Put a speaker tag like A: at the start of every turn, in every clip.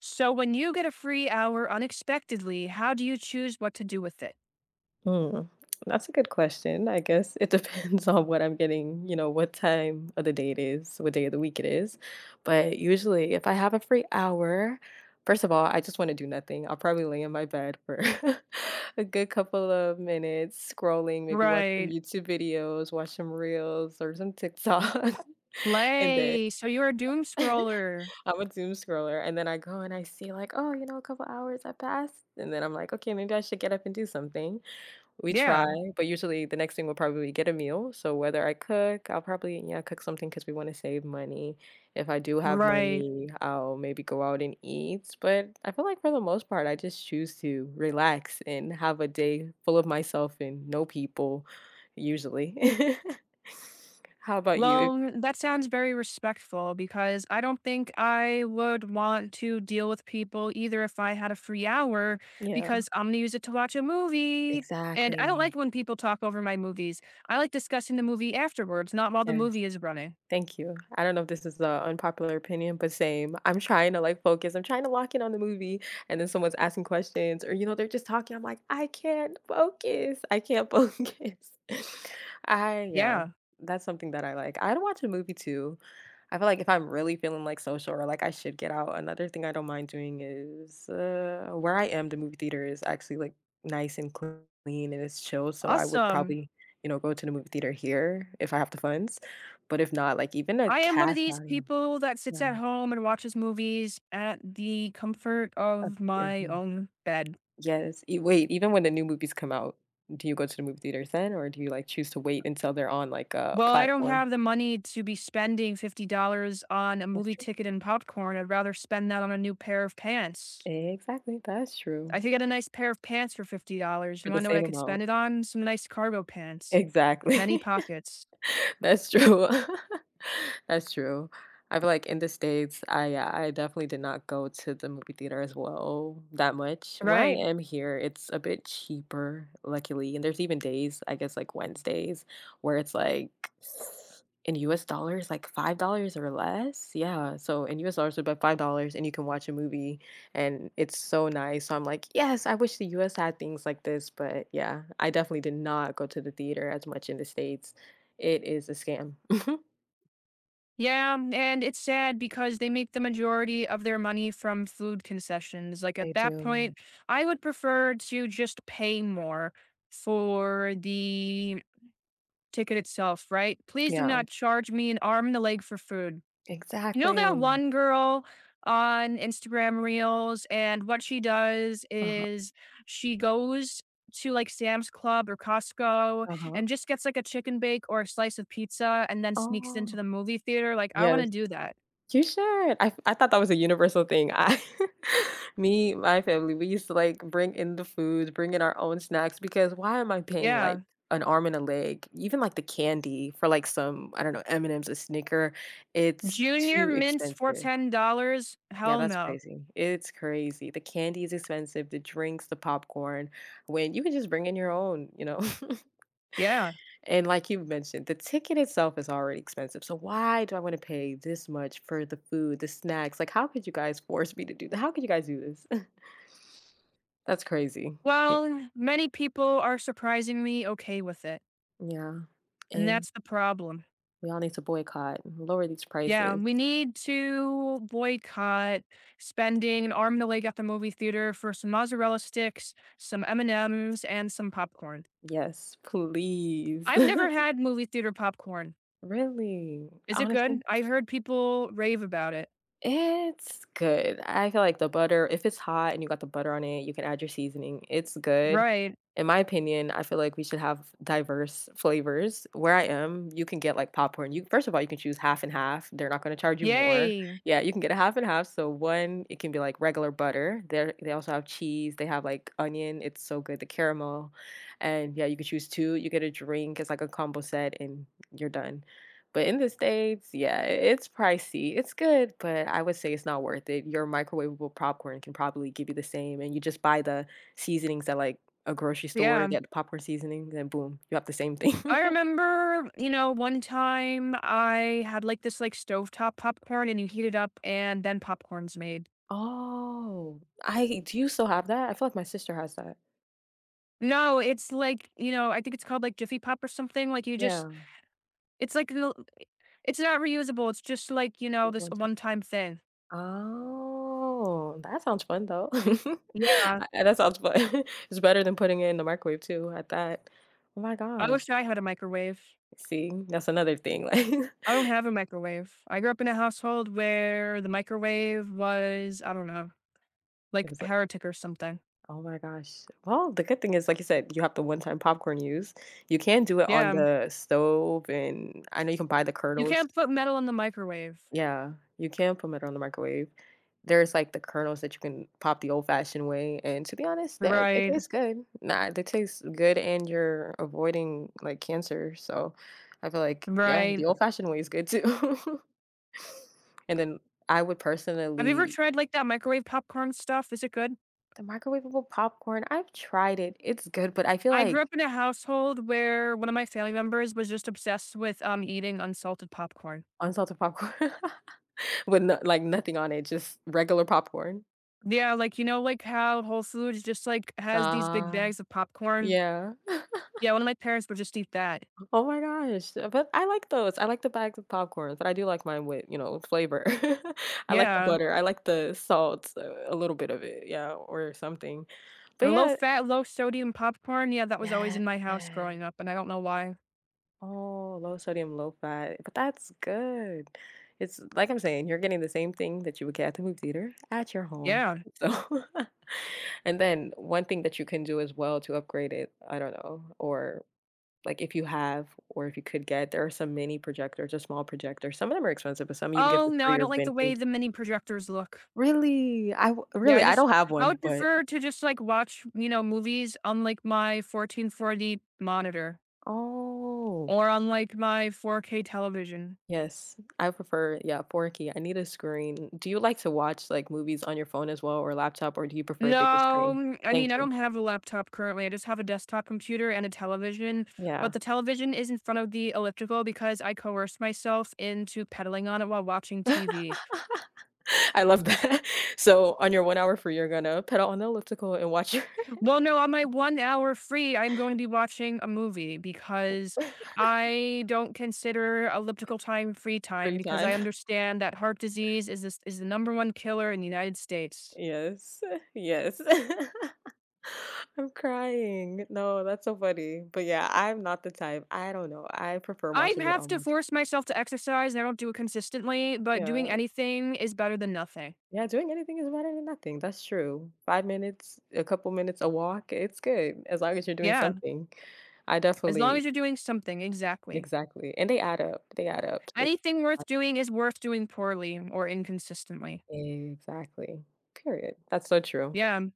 A: So when you get a free hour unexpectedly, how do you choose what to do with it?
B: Mm, that's a good question. I guess it depends on what I'm getting, you know, what time of the day it is, what day of the week it is. But usually, if I have a free hour, first of all, I just want to do nothing. I'll probably lay in my bed for a good couple of minutes, scrolling, maybe watch some
A: Right.
B: YouTube videos, watch some reels or some TikTok. and then
A: Play. So you're a doom scroller.
B: I'm a doom scroller. And then I go and I see, like, oh, you know, a couple hours have passed. And then I'm like, okay, maybe I should get up and do something. We try,
A: Yeah.
B: but usually the next thing will probably be get a meal. So whether I cook, I'll probably, yeah, cook something because we wanna save money. If I do have
A: Right.
B: money, I'll maybe go out and eat, but I feel like for the most part, I just choose to relax and have a day full of myself and no people usually. How about you? If
A: Well, that sounds very respectful because I don't think I would want to deal with people either if I had a free hour
B: yeah.
A: because I'm going to use it to watch a movie. And I don't
B: Exactly.
A: like when people talk over my movies. I like discussing the movie afterwards, not while the
B: Yes.
A: movie is running.
B: Thank you. I don't know if this is an unpopular opinion, but same. I'm trying to like focus. I'm trying to lock in on the movie, and then someone's asking questions, or you know, they're just talking. I'm like, I can't focus. I can't focus. I yeah,
A: Yeah.
B: that's something that I like. I'd watch a movie too. I feel like if I'm really feeling like social or like I should get out, another thing I don't mind doing is where I am. The movie theater is actually like nice and clean and it's chill, so I would
A: Awesome.
B: probably you know go to the movie theater here if I have the funds but if not, like, even a
A: I am one of
B: cat
A: these
B: outing
A: people that sits
B: yeah,
A: at home and watches movies at the comfort
B: up
A: of
B: your
A: my
B: home.
A: own bed.
B: Yes, e wait, even when the new movies come out, do you go to the movie theaters then, or do you, like, choose to wait until they're on, like, a
A: Well, I don't
B: platform?
A: have the money to be spending $50 on a
B: That's
A: movie
B: true.
A: ticket and popcorn. I'd rather spend that on a new pair of pants.
B: Exactly, that's true.
A: I could get a nice pair of pants for $50.
B: For
A: You
B: the
A: want to know what I
B: same
A: could
B: amount.
A: spend it on? Some nice cargo pants with many
B: Exactly.
A: pockets.
B: That's true. That's true. I feel like in the States, I definitely did not go to the movie theater as well that much. Where I
A: Right.
B: am here, it's a bit cheaper, luckily. And there's even days, I guess like Wednesdays, where it's like in US dollars, like $5 or less. Yeah. So in US dollars, it's about $5 and you can watch a movie and it's so nice. So I'm like, yes, I wish the US had things like this. But yeah, I definitely did not go to the theater as much in the States. It is a scam.
A: Yeah, and it's sad because they make the majority of their money from food concessions. Like
B: They
A: at that
B: do.
A: point, I would prefer to just pay more for the ticket itself, right? Please do
B: Yeah,
A: not charge me an arm and a leg for food. You know that
B: exactly.
A: one girl on Instagram Reels, and what she does
B: Uh-huh,
A: is she goes to like Sam's Club or Costco
B: uh-huh.
A: and just gets like a chicken bake or a slice of pizza and then sneaks into
B: Oh.
A: the movie theater. Like, I want to
B: Yes,
A: do that.
B: you should. I thought that was a universal thing. I me, my family, we used to, like, bring in the food, bring in our own snacks because why am I paying, like,
A: Yeah.
B: an arm and a leg, even, like, the candy for, like, some, I don't know, M&M's, a Snicker, it's
A: Junior
B: too
A: mints for
B: expensive.
A: $10?
B: Yeah,
A: Hell
B: that's
A: no.
B: crazy. It's crazy. The candy is expensive, the drinks, the popcorn, when you can just bring in your own, you know?
A: Yeah.
B: And like you mentioned, the ticket itself is already expensive. So why do I want to pay this much for the food, the snacks? Like, how could you guys force me to do that? How could you guys do this? That's crazy. Y-
A: Well, many people are surprisingly okay with it.
B: Yeah.
A: And
B: And
A: that's the problem.
B: we all need to boycott, lower these
A: Yeah,
B: prices.
A: we need to boycott spending an arm and a leg at the movie theater for some mozzarella sticks, some M&Ms, and M's, and some popcorn.
B: Yes, please.
A: I've never had movie theater popcorn.
B: Really?
A: Is it
B: Honestly,
A: good? I heard people rave about it.
B: it's good. I feel like the butter if it's hot and you got the butter on it, you can add your seasoning. It's good.
A: Right.
B: In my opinion, I feel like we should have diverse flavors. Where I am, you can get, like, popcorn. You first of all, you can choose half and half. They're not gonna charge you more.
A: Yay.
B: Yeah, you can get a half and half. So one, it can be, like, regular butter. There they also have cheese. They have, like, onion. It's so good, the caramel. And, yeah, you can choose 2. You get a drink. It's like a combo set, and you're done. But in the States, yeah, it's pricey. It's good, but I would say it's not worth it. Your microwavable popcorn can probably give you the same, and you just buy the seasonings at, like, a grocery store,
A: Yeah.
B: get the popcorn seasoning, and boom, you have the same thing.
A: I remember, one time I had like this like stovetop popcorn and you heat it up and then popcorn's made.
B: Oh, I do you still have that? I feel like my sister has that.
A: No, it's like, I think it's called like Jiffy Pop or something. Like you just
B: Yeah.
A: It's like the it's not reusable, it's just like, this
B: One, two
A: one-time thing.
B: oh, that sounds fun, though.
A: Yeah,
B: That sounds fun. It's better than putting it in the microwave too at that. Oh my
A: I
B: gosh.
A: wish I had a microwave.
B: See, that's another thing, like,
A: I don't have a microwave. I grew up in a household where the microwave was, I don't know,
B: it
A: like
B: was like
A: heretic or something.
B: oh my gosh. Well, the good thing is, like you said, you have the one-time popcorn use. You can do it on
A: Yeah,
B: the stove, and I know you can buy the
A: you
B: kernels.
A: can't put metal in the microwave.
B: Yeah, you can put it on the microwave. There's like the kernels that you can pop the old-fashioned way, and to be honest, that it
A: Right,
B: tastes good. Nah, it tastes good, and you're avoiding like cancer. So I feel like, yeah, the
A: right.
B: old-fashioned way is good too. And then I would
A: Have you ever
B: personally
A: tried, like, that microwave popcorn stuff? Is it good?
B: the microwavable popcorn, I've tried it. It's good, but I feel
A: I
B: like
A: grew up in a household where one of my family members was just obsessed with, eating unsalted popcorn.
B: unsalted popcorn with no like, nothing on it, just regular popcorn.
A: Yeah, like, like how Whole Foods just, like, has these big
B: Ah,
A: bags of popcorn?
B: yeah.
A: Yeah, one of my parents would just eat that.
B: Oh my gosh, but I like those. I like the bags of popcorn, but I do like mine with, you know, flavor. I like the
A: Yeah.
B: butter, I like the salt, a little bit of it, yeah, or something. But
A: Or low
B: yeah
A: fat, low sodium popcorn, yeah, that was always
B: yes.
A: in my house growing up, and I don't know why.
B: Oh, low sodium, low fat, but that's good. It's like I'm saying, you're getting the same thing that you would get at the movie theater at your home,
A: Yeah.
B: so And then one thing that you can do as well to upgrade it, I don't know, or like if you have or if you could get, there are some mini projectors or small projectors. Some of them are expensive, but some you can get
A: Oh,
B: for
A: no,
B: free
A: I
B: or
A: don't like the way
B: vintage.
A: the mini projectors look.
B: Really?
A: Yeah,
B: Really
A: I
B: I
A: just
B: don't have
A: I
B: one,
A: would
B: but
A: prefer to just, like, watch, movies on, like, my 1440 monitor
B: oh
A: or on, like, my 4K television.
B: yes, I prefer yeah 4K. I need a screen. Do you like to watch like movies on your phone as well or laptop, or do you prefer a bigger
A: No,
B: screen?
A: I
B: Thank
A: mean, I
B: you.
A: don't have a laptop currently. I just have a desktop computer and a television,
B: Yeah,
A: but the television is in front of the elliptical because I coerced myself into pedaling on it while watching TV.
B: I love that. So on your 1 hour free, you're gonna pedal on the elliptical and watch your
A: Well, no, on my one hour free, I'm going to be watching a movie because I don't consider elliptical time free time
B: free
A: because
B: time.
A: I understand that heart disease is the number one killer in the United States.
B: Yes. Yes. I'm crying. No, that's so funny. But yeah, I'm not the type. I don't know. I prefer
A: I
B: watching it
A: have
B: on
A: to
B: my t V.
A: force myself to exercise and I don't do it consistently, but doing
B: Yeah.
A: anything is better than nothing.
B: Yeah, doing anything is better than nothing. That's true. 5 minutes, a couple minutes, a walk, it's good as long as you're doing
A: Yeah.
B: something. I
A: As long
B: definitely
A: as you're doing something, exactly.
B: exactly. And they add up. They add up. So
A: Anything worth doing is worth doing poorly or inconsistently.
B: exactly. Period. That's so true.
A: Yeah.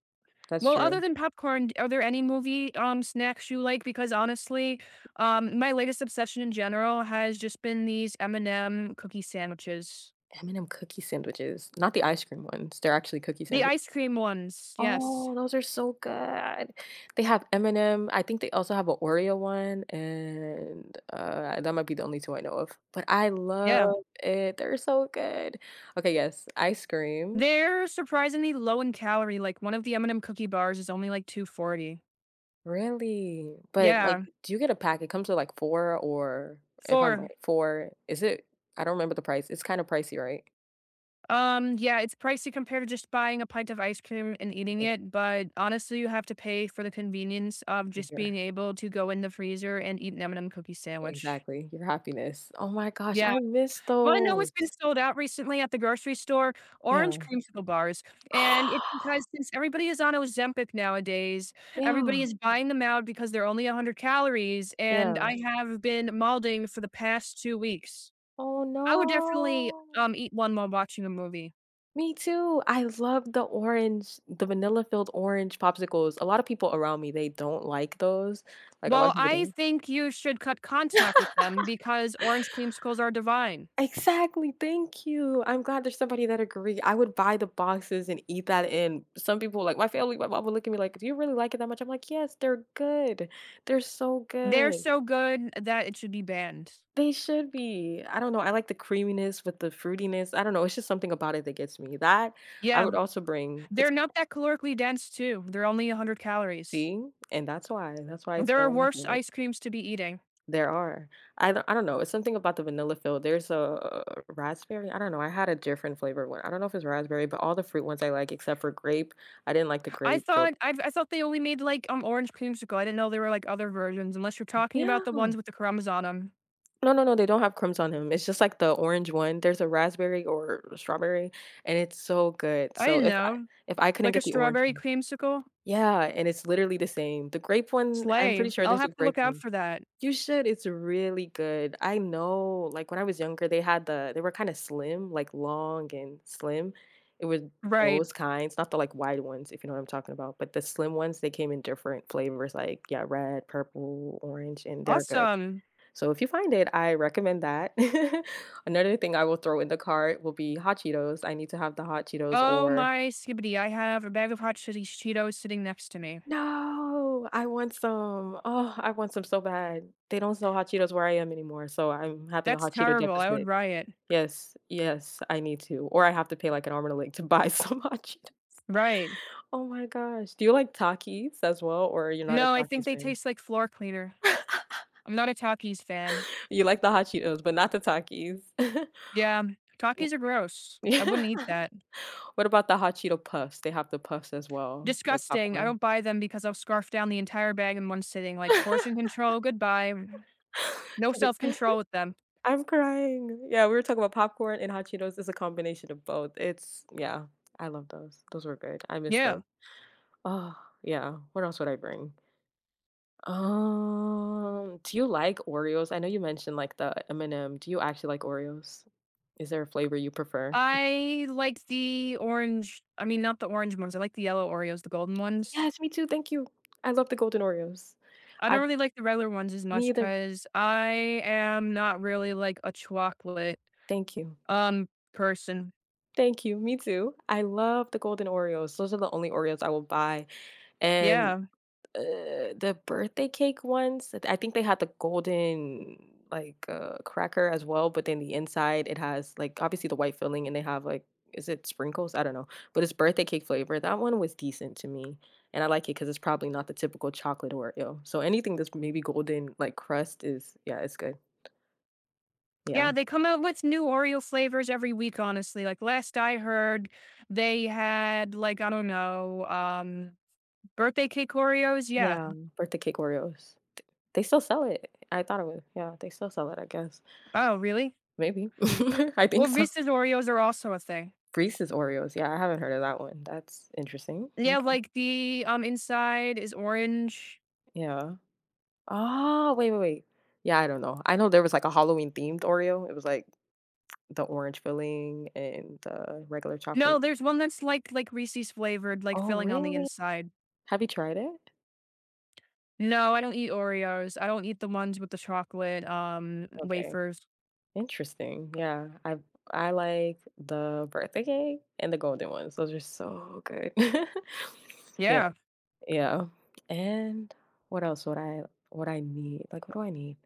B: That's
A: Well, other
B: true.
A: than popcorn, are there any movie snacks you like? Because honestly, my latest obsession in general has just been these M&M cookie sandwiches,
B: M&M cookie sandwiches, not the ice cream ones. They're actually cookie
A: the
B: sandwiches.
A: ice cream ones. Yes.
B: Oh, those are so good. They have M&M, I think they also have a Oreo one, and, that might be the only 2 I know of, but I
A: Yeah.
B: love it, they're so good. Okay, yes, ice cream.
A: They're surprisingly low in calorie. Like one of the M&M cookie bars is only like 240.
B: Really? But, like,
A: Yeah.
B: do you get a pack? It comes with, like, 4 or if I'm
A: Four.
B: right, 4 is it I don't remember the price, it's kinda pricey, right?
A: Yeah, it's pricey compared to just buying a pint of ice cream and eating
B: But
A: it, but honestly, you have to pay for the convenience of
B: but
A: just
B: your
A: being able to go in the freezer and eat an M&M cookie sandwich.
B: exactly, your happiness. Oh my gosh,
A: Yeah,
B: I miss
A: you wanna know what's been
B: those.
A: sold out recently at the grocery store?
B: Yeah.
A: Orange creamsicle bars, and it's because since everybody is on Ozempic nowadays, everybody
B: Yeah,
A: is buying them out because they're only 100 calories, and
B: yeah.
A: I have been malding for the past 2 weeks.
B: Oh,
A: I would definitely,
B: no.
A: um, eat one while watching a movie.
B: Me too. I love the orange the vanilla filled orange popsicles. A lot of people around me, they don't like those. Like, a lot
A: Well,
B: of people
A: I
B: don't.
A: think you should cut contact with them because orange creamsicles are divine.
B: Exactly, thank you. I'm glad there's somebody that agree. I would buy the boxes and eat that, and some people, like my family, my mom would look at me like, "Do you really like it that much?" I'm like, "Yes, they're good. They're so
A: They're
B: good.
A: so good that it should be banned.
B: They should be." I don't know. I like the creaminess with the fruitiness. I don't know. It's just something about it that gets me. That I
A: Yeah,
B: would also bring. It's
A: they're not that calorically dense too. They're only 100 calories.
B: see? And that's why it's
A: There
B: been
A: are
B: one of my
A: worse
B: favorite.
A: ice creams to be eating.
B: There are. I don't know, it's something about the vanilla feel. There's a raspberry, I don't know, I had a different flavored one. I don't know if it's raspberry, but all the fruit ones I like except for grape. I didn't like the grape filled
A: I thought they only made like orange creamsicle. I didn't know there were like other versions unless you're talking about the
B: yeah.
A: ones with the crumbs on them.
B: No, no, no, they don't have crumbs on them. It's just like the orange one. There's a raspberry or strawberry, and it's so good.
A: I
B: So
A: didn't
B: if I
A: know.
B: if I couldn't
A: Like a
B: get the orange
A: strawberry
B: one
A: creamsicle?
B: yeah, and it's literally the same. The grape one, I'm
A: Slay.
B: pretty sure
A: I'll
B: there's a
A: have to
B: grape
A: look out
B: one.
A: for that.
B: You should, it's really good. I know, like, when I was younger, they had the they were kinda slim, like, long and slim. It was
A: Right.
B: those kinds, not the, like, wide ones, if you know what I'm talking about, but the slim ones, they came in different flavors, like, yeah, red, purple, orange, and they're good.
A: Awesome.
B: So if you find it, I recommend that. Another thing I will throw in the cart will be hot Cheetos. I need to have the hot Cheetos
A: Oh
B: or
A: my skibbity, I have a bag of hot chili Cheetos sitting next to me.
B: no, I want some. Oh, I want some so bad. They don't sell hot Cheetos where I am anymore, so I'm having a
A: That's
B: hot Cheeto
A: terrible, I would
B: deficit.
A: riot.
B: Yes, yes, I need to, or I have to pay like an arm and a leg to buy some hot Cheetos.
A: Right.
B: Oh my gosh. Do you like Takis as well, or you're not a
A: No, I think
B: Takis
A: they
B: fan?
A: taste like floor cleaner. I'm not a Takis fan.
B: You like the hot Cheetos, but not the Takis.
A: Yeah,
B: W
A: Takis are gross.
B: yeah.
A: I wouldn't eat that.
B: What about the hot Cheeto puffs? They have the puffs as well, like
A: Disgusting. I
B: popcorn.
A: don't buy them because I'll scarf down the entire bag in one sitting. Like portion control, goodbye. No
B: 'Cause it-
A: self control with them.
B: I'm crying. Yeah, we were talking about popcorn and hot Cheetos. It's a combination of both. It's yeah, I love those. Those were good. I miss those.
A: Yeah.
B: Oh, yeah. What else would I bring? Do you like Oreos? I know you mentioned like the M&M. Do you actually like Oreos? Is there a flavor you prefer?
A: I like the orange. I mean, not the orange ones. I like the yellow Oreos, the golden ones.
B: Yes, me too. Thank you. I love the golden Oreos.
A: I
B: I
A: don't really like the regular ones as much
B: Me either.
A: because I am not really like a chocolate,
B: Thank you.
A: um, person.
B: Thank you. Me too. I love the golden Oreos. Those are the only Oreos I will buy. And
A: Yeah.
B: The birthday cake ones, I think they had the golden, like, cracker as well, but then the inside, it has, like, obviously the white filling, and they have, like is it sprinkles? I don't know, but it's birthday cake flavor. That one was decent to me, and I like it because it's probably not the typical chocolate Oreo. So anything that's maybe golden, like, crust is yeah, it's good.
A: Yeah,
B: Yeah.
A: they come out with new Oreo flavors every week, honestly. Like, last I heard, they had, like, I don't know, birthday cake Oreos? Yeah.
B: Yeah, birthday cake Oreos. Th They still sell it. I thought it was yeah, they still sell it, I guess.
A: Oh, really?
B: Maybe. I think
A: Well,
B: so.
A: Reese's Oreos are also a thing.
B: Reese's Oreos, yeah, I haven't heard of that one. That's interesting.
A: Yeah,
B: Okay,
A: like, the inside is orange.
B: yeah. Oh, wait, wait, wait. Yeah, I don't know. I know there was, like, a Halloween-themed Oreo. It was, like, the orange filling and the regular
A: No,
B: chocolate.
A: there's one that's like Reese's flavored, like,
B: Oh,
A: filling on the
B: really?
A: inside.
B: Have you tried it?
A: No, I don't eat Oreos. I don't eat the ones with the chocolate,
B: Okay,
A: wafers.
B: interesting. Yeah, I like the birthday cake and the golden ones. Those are so good. Yeah,
A: Yeah.
B: yeah. And what else would I what I need? Like, what do I need?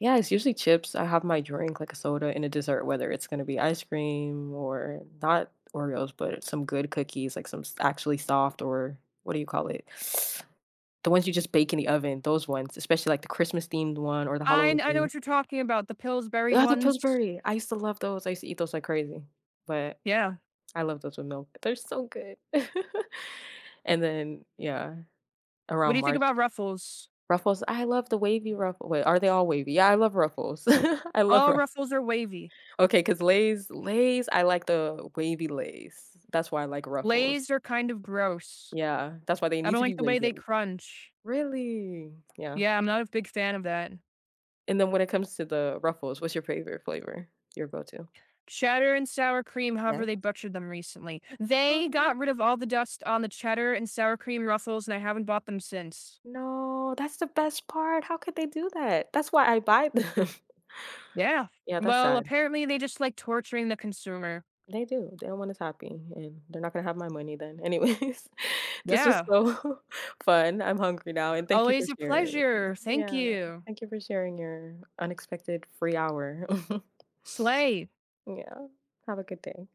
B: Yeah, it's usually chips. I have my drink, like a soda and a dessert, whether it's gonna be ice cream or not Oreos, but some good cookies, like actually soft or what do you call it? The ones you just bake in the oven, those ones, especially like the Christmas themed one or the
A: I
B: Halloween
A: I know
B: themed.
A: what you're talking about, the Pillsbury
B: Oh, the
A: ones.
B: Pillsbury. I used to love those. I used to eat those like crazy. But
A: Yeah.
B: I love those with milk. They're so good. And then yeah,
A: What
B: around
A: do you think
B: March.
A: about Ruffles?
B: Ruffles. I love the wavy ruffle. Wait, are they all wavy? Yeah, I love ruffles. I love
A: All Ruffles are wavy.
B: okay, because Lay's, I like the wavy Lay's. That's why I like Ruffles.
A: Lay's are kind of gross.
B: Yeah, that's why they
A: I
B: need
A: don't
B: to be
A: like the way
B: wavy at
A: they
B: least.
A: crunch.
B: Really? Yeah.
A: Yeah, I'm not a big fan of that.
B: And then when it comes to the Ruffles, what's your favorite flavor? Your go-to?
A: Cheddar and sour cream, however, they
B: Yes?
A: butchered them recently. They
B: Oh,
A: got rid of all the dust on the cheddar and sour cream Ruffles, and I haven't bought them since.
B: no, that's the best part. How could they do that? That's why I buy them.
A: Yeah.
B: Yeah, that's
A: Well,
B: sad.
A: apparently, they just like torturing the consumer.
B: They do. They don't want us happy, and they're not gonna have my money then anyways. This was
A: Yeah.
B: so fun. I'm hungry now, and thank you for
A: Always a
B: sharing.
A: pleasure. Thank
B: Yeah,
A: you.
B: thank you for sharing your unexpected free hour.
A: Slay.
B: Yeah, have a good day.